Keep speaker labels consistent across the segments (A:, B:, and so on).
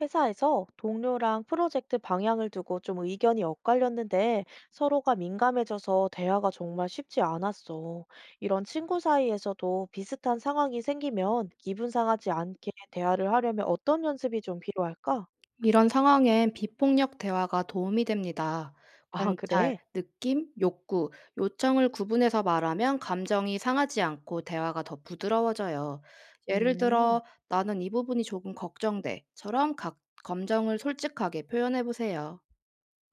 A: 회사에서 동료랑 프로젝트 방향을 두고 좀 의견이 엇갈렸는데 서로가 민감해져서 대화가 정말 쉽지 않았어. 이런 친구 사이에서도 비슷한 상황이 생기면 기분 상하지 않게 대화를 하려면 어떤 연습이 좀 필요할까?
B: 이런 상황엔 비폭력 대화가 도움이 됩니다.
A: 아,
B: 관찰,
A: 그래?
B: 느낌, 욕구, 요청을 구분해서 말하면 감정이 상하지 않고 대화가 더 부드러워져요. 예를
A: 음,
B: 들어, 나는 이 부분이 조금 걱정돼.처럼 각 감정을 솔직하게 표현해 보세요.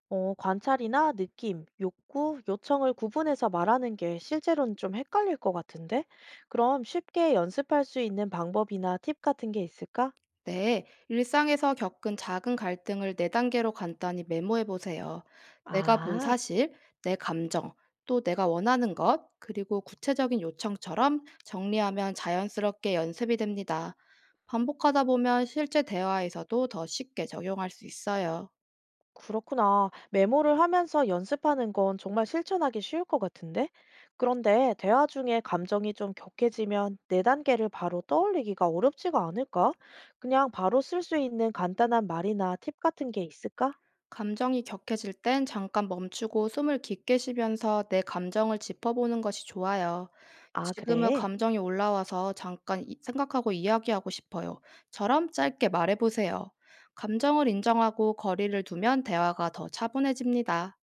A: 어, 관찰이나 느낌, 욕구, 요청을 구분해서 말하는 게 실제로는 좀 헷갈릴 것 같은데? 그럼 쉽게 연습할 수 있는 방법이나 팁 같은 게 있을까?
B: 네, 일상에서 겪은 작은 갈등을 네 단계로 간단히 메모해 보세요. 내가 본
A: 아.
B: 사실, 내 감정, 또 내가 원하는 것, 그리고 구체적인 요청처럼 정리하면 자연스럽게 연습이 됩니다. 반복하다 보면 실제 대화에서도 더 쉽게 적용할 수 있어요.
A: 그렇구나. 메모를 하면서 연습하는 건 정말 실천하기 쉬울 것 같은데? 그런데 대화 중에 감정이 좀 격해지면 네 단계를 바로 떠올리기가 어렵지가 않을까? 그냥 바로 쓸 수 있는 간단한 말이나 팁 같은 게 있을까?
B: 감정이 격해질 땐 잠깐 멈추고 숨을 깊게 쉬면서 내 감정을 짚어보는 것이 좋아요.
A: 아,
B: 지금은
A: 그래.
B: 감정이 올라와서 잠깐 생각하고 이야기하고 싶어요. 처럼 짧게 말해보세요. 감정을 인정하고 거리를 두면 대화가 더 차분해집니다.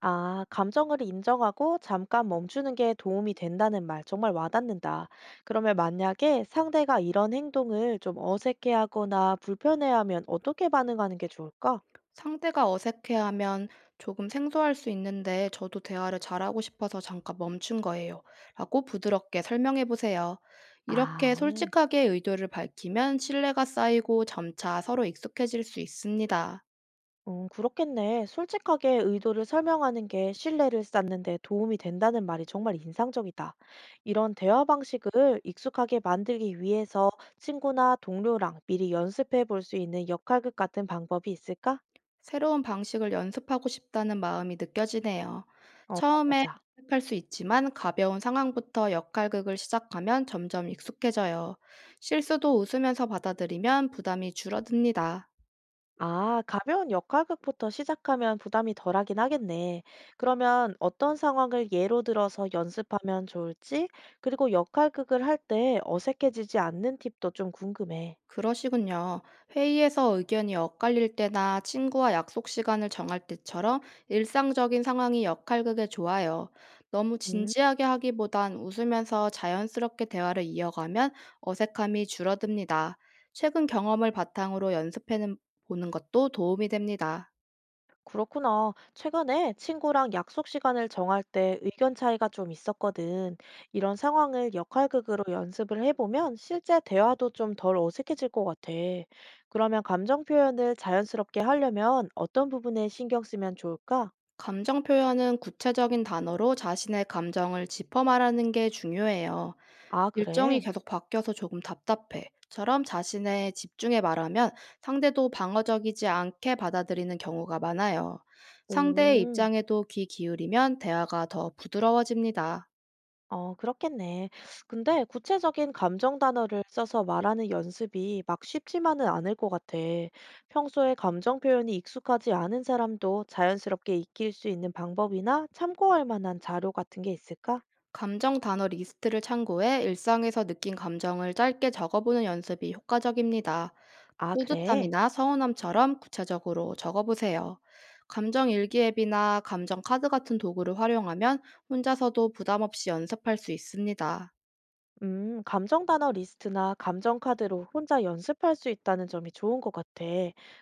A: 아, 감정을 인정하고 잠깐 멈추는 게 도움이 된다는 말 정말 와닿는다. 그러면 만약에 상대가 이런 행동을 좀 어색해하거나 불편해하면 어떻게 반응하는 게 좋을까?
B: 상대가 어색해하면 조금 생소할 수 있는데 저도 대화를 잘하고 싶어서 잠깐 멈춘 거예요. 라고 부드럽게 설명해 보세요. 이렇게
A: 아.
B: 솔직하게 의도를 밝히면 신뢰가 쌓이고 점차 서로 익숙해질 수 있습니다.
A: 그렇겠네. 솔직하게 의도를 설명하는 게 신뢰를 쌓는 데 도움이 된다는 말이 정말 인상적이다. 이런 대화 방식을 익숙하게 만들기 위해서 친구나 동료랑 미리 연습해 볼 수 있는 역할극 같은 방법이 있을까?
B: 새로운 방식을 연습하고 싶다는 마음이 느껴지네요.
A: 어,
B: 처음에
A: 맞아.
B: 어색할 수 있지만 가벼운 상황부터 역할극을 시작하면 점점 익숙해져요. 실수도 웃으면서 받아들이면 부담이 줄어듭니다.
A: 아, 가벼운 역할극부터 시작하면 부담이 덜하긴 하겠네. 그러면 어떤 상황을 예로 들어서 연습하면 좋을지, 그리고 역할극을 할 때 어색해지지 않는 팁도 좀 궁금해.
B: 그러시군요. 회의에서 의견이 엇갈릴 때나 친구와 약속 시간을 정할 때처럼 일상적인 상황이 역할극에 좋아요. 너무
A: 음.
B: 진지하게 하기보단 웃으면서 자연스럽게 대화를 이어가면 어색함이 줄어듭니다. 최근 경험을 바탕으로 연습해 보는 것도 도움이 됩니다.
A: 그렇구나. 최근에 친구랑 약속 시간을 정할 때 의견 차이가 좀 있었거든. 이런 상황을 역할극으로 연습을 해보면 실제 대화도 좀 덜 어색해질 것 같아. 그러면 감정 표현을 자연스럽게 하려면 어떤 부분에 신경 쓰면 좋을까?
B: 감정 표현은 구체적인 단어로 자신의 감정을 짚어 말하는 게 중요해요.
A: 아,
B: 일정이
A: 그래?
B: 계속 바뀌어서 조금 답답해.처럼 자신의 집중에 말하면 상대도 방어적이지 않게 받아들이는 경우가 많아요. 상대의
A: 오.
B: 입장에도 귀 기울이면 대화가 더 부드러워집니다.
A: 어, 그렇겠네. 근데 구체적인 감정 단어를 써서 말하는 연습이 막 쉽지만은 않을 것 같아. 평소에 감정 표현이 익숙하지 않은 사람도 자연스럽게 익힐 수 있는 방법이나 참고할 만한 자료 같은 게 있을까?
B: 감정 단어 리스트를 참고해 일상에서 느낀 감정을 짧게 적어보는 연습이 효과적입니다.
A: 아, 그래.
B: 뿌듯함이나 서운함처럼 구체적으로 적어보세요. 감정 일기 앱이나 감정 카드 같은 도구를 활용하면 혼자서도 부담 없이 연습할 수 있습니다.
A: 감정 단어 리스트나 감정 카드로 혼자 연습할 수 있다는 점이 좋은 것 같아.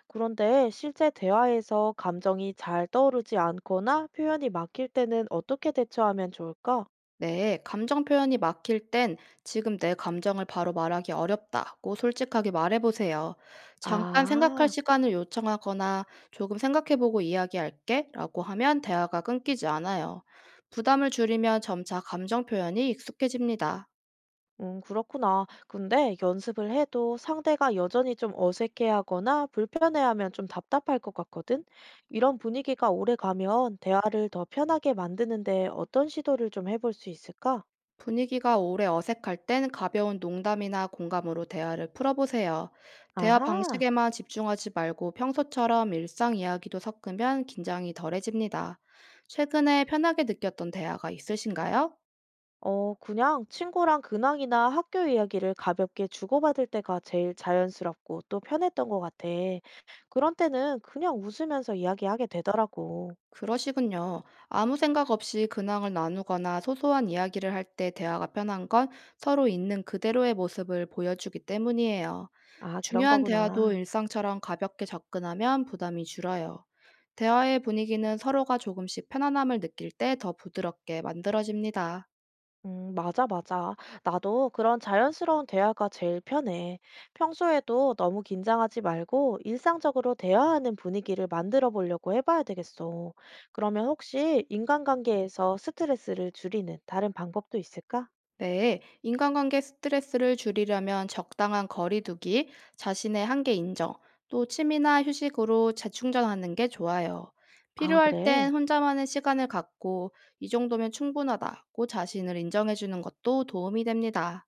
A: 그런데 실제 대화에서 감정이 잘 떠오르지 않거나 표현이 막힐 때는 어떻게 대처하면 좋을까?
B: 네, 감정 표현이 막힐 땐 지금 내 감정을 바로 말하기 어렵다고 솔직하게 말해보세요. 잠깐 생각할
A: 아.
B: 시간을 요청하거나 조금 생각해보고 이야기할게 라고 하면 대화가 끊기지 않아요. 부담을 줄이면 점차 감정 표현이 익숙해집니다.
A: 그렇구나. 근데 연습을 해도 상대가 여전히 좀 어색해하거나 불편해하면 좀 답답할 것 같거든? 이런 분위기가 오래 가면 대화를 더 편하게 만드는데 어떤 시도를 좀 해볼 수 있을까?
B: 분위기가 오래 어색할 땐 가벼운 농담이나 공감으로 대화를 풀어보세요. 대화
A: 아하,
B: 방식에만 집중하지 말고 평소처럼 일상 이야기도 섞으면 긴장이 덜해집니다. 최근에 편하게 느꼈던 대화가 있으신가요?
A: 어, 그냥 친구랑 근황이나 학교 이야기를 가볍게 주고받을 때가 제일 자연스럽고 또 편했던 것 같아. 그런 때는 그냥 웃으면서 이야기하게 되더라고.
B: 그러시군요. 아무 생각 없이 근황을 나누거나 소소한 이야기를 할 때 대화가 편한 건 서로 있는 그대로의 모습을 보여주기 때문이에요.
A: 아, 그런
B: 중요한 대화도
A: 거구나.
B: 일상처럼 가볍게 접근하면 부담이 줄어요. 대화의 분위기는 서로가 조금씩 편안함을 느낄 때 더 부드럽게 만들어집니다.
A: 맞아, 맞아. 나도 그런 자연스러운 대화가 제일 편해. 평소에도 너무 긴장하지 말고 일상적으로 대화하는 분위기를 만들어 보려고 해봐야 되겠어. 그러면 혹시 인간관계에서 스트레스를 줄이는 다른 방법도 있을까?
B: 네, 인간관계 스트레스를 줄이려면 적당한 거리두기, 자신의 한계 인정, 또 취미나 휴식으로 재충전하는 게 좋아요.
A: 아,
B: 필요할
A: 그래.
B: 땐 혼자만의 시간을 갖고 이 정도면 충분하다고 자신을 인정해주는 것도 도움이 됩니다.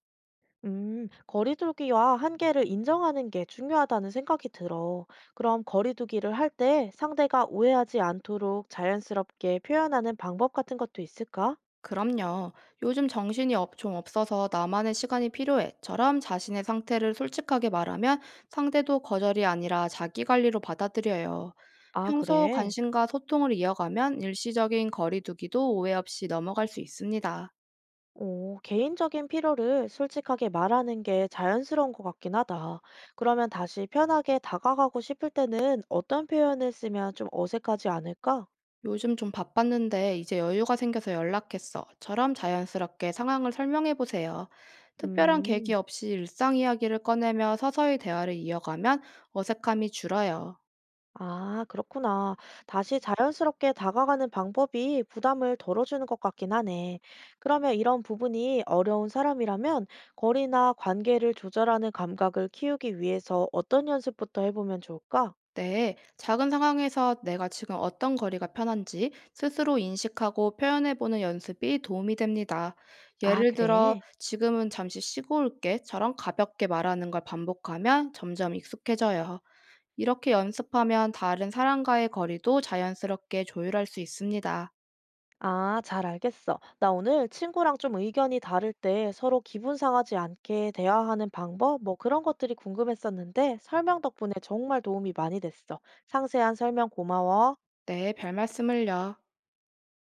A: 거리두기와 한계를 인정하는 게 중요하다는 생각이 들어. 그럼 거리두기를 할 때 상대가 오해하지 않도록 자연스럽게 표현하는 방법 같은 것도 있을까?
B: 그럼요. 요즘 좀 없어서 나만의 시간이 필요해.처럼 자신의 상태를 솔직하게 말하면 상대도 거절이 아니라 자기 관리로 받아들여요.
A: 아,
B: 평소
A: 그래.
B: 관심과 소통을 이어가면 일시적인 거리두기도 오해 없이 넘어갈 수 있습니다.
A: 오, 개인적인 필요를 솔직하게 말하는 게 자연스러운 것 같긴 하다. 그러면 다시 편하게 다가가고 싶을 때는 어떤 표현을 쓰면 좀 어색하지 않을까?
B: 요즘 좀 바빴는데 이제 여유가 생겨서 연락했어.처럼 자연스럽게 상황을 설명해 보세요. 특별한 계기
A: 음,
B: 없이 일상 이야기를 꺼내며 서서히 대화를 이어가면 어색함이 줄어요.
A: 아, 그렇구나. 다시 자연스럽게 다가가는 방법이 부담을 덜어주는 것 같긴 하네. 그러면 이런 부분이 어려운 사람이라면 거리나 관계를 조절하는 감각을 키우기 위해서 어떤 연습부터 해보면 좋을까?
B: 네, 작은 상황에서 내가 지금 어떤 거리가 편한지 스스로 인식하고 표현해보는 연습이 도움이 됩니다.
A: 아,
B: 예를 들어,
A: 그래.
B: 지금은 잠시 쉬고 올게처럼 가볍게 말하는 걸 반복하면 점점 익숙해져요. 이렇게 연습하면 다른 사람과의 거리도 자연스럽게 조율할 수 있습니다.
A: 아, 잘 알겠어. 나 오늘 친구랑 좀 의견이 다를 때 서로 기분 상하지 않게 대화하는 방법, 뭐 그런 것들이 궁금했었는데 설명 덕분에 정말 도움이 많이 됐어. 상세한 설명 고마워.
B: 네, 별 말씀을요.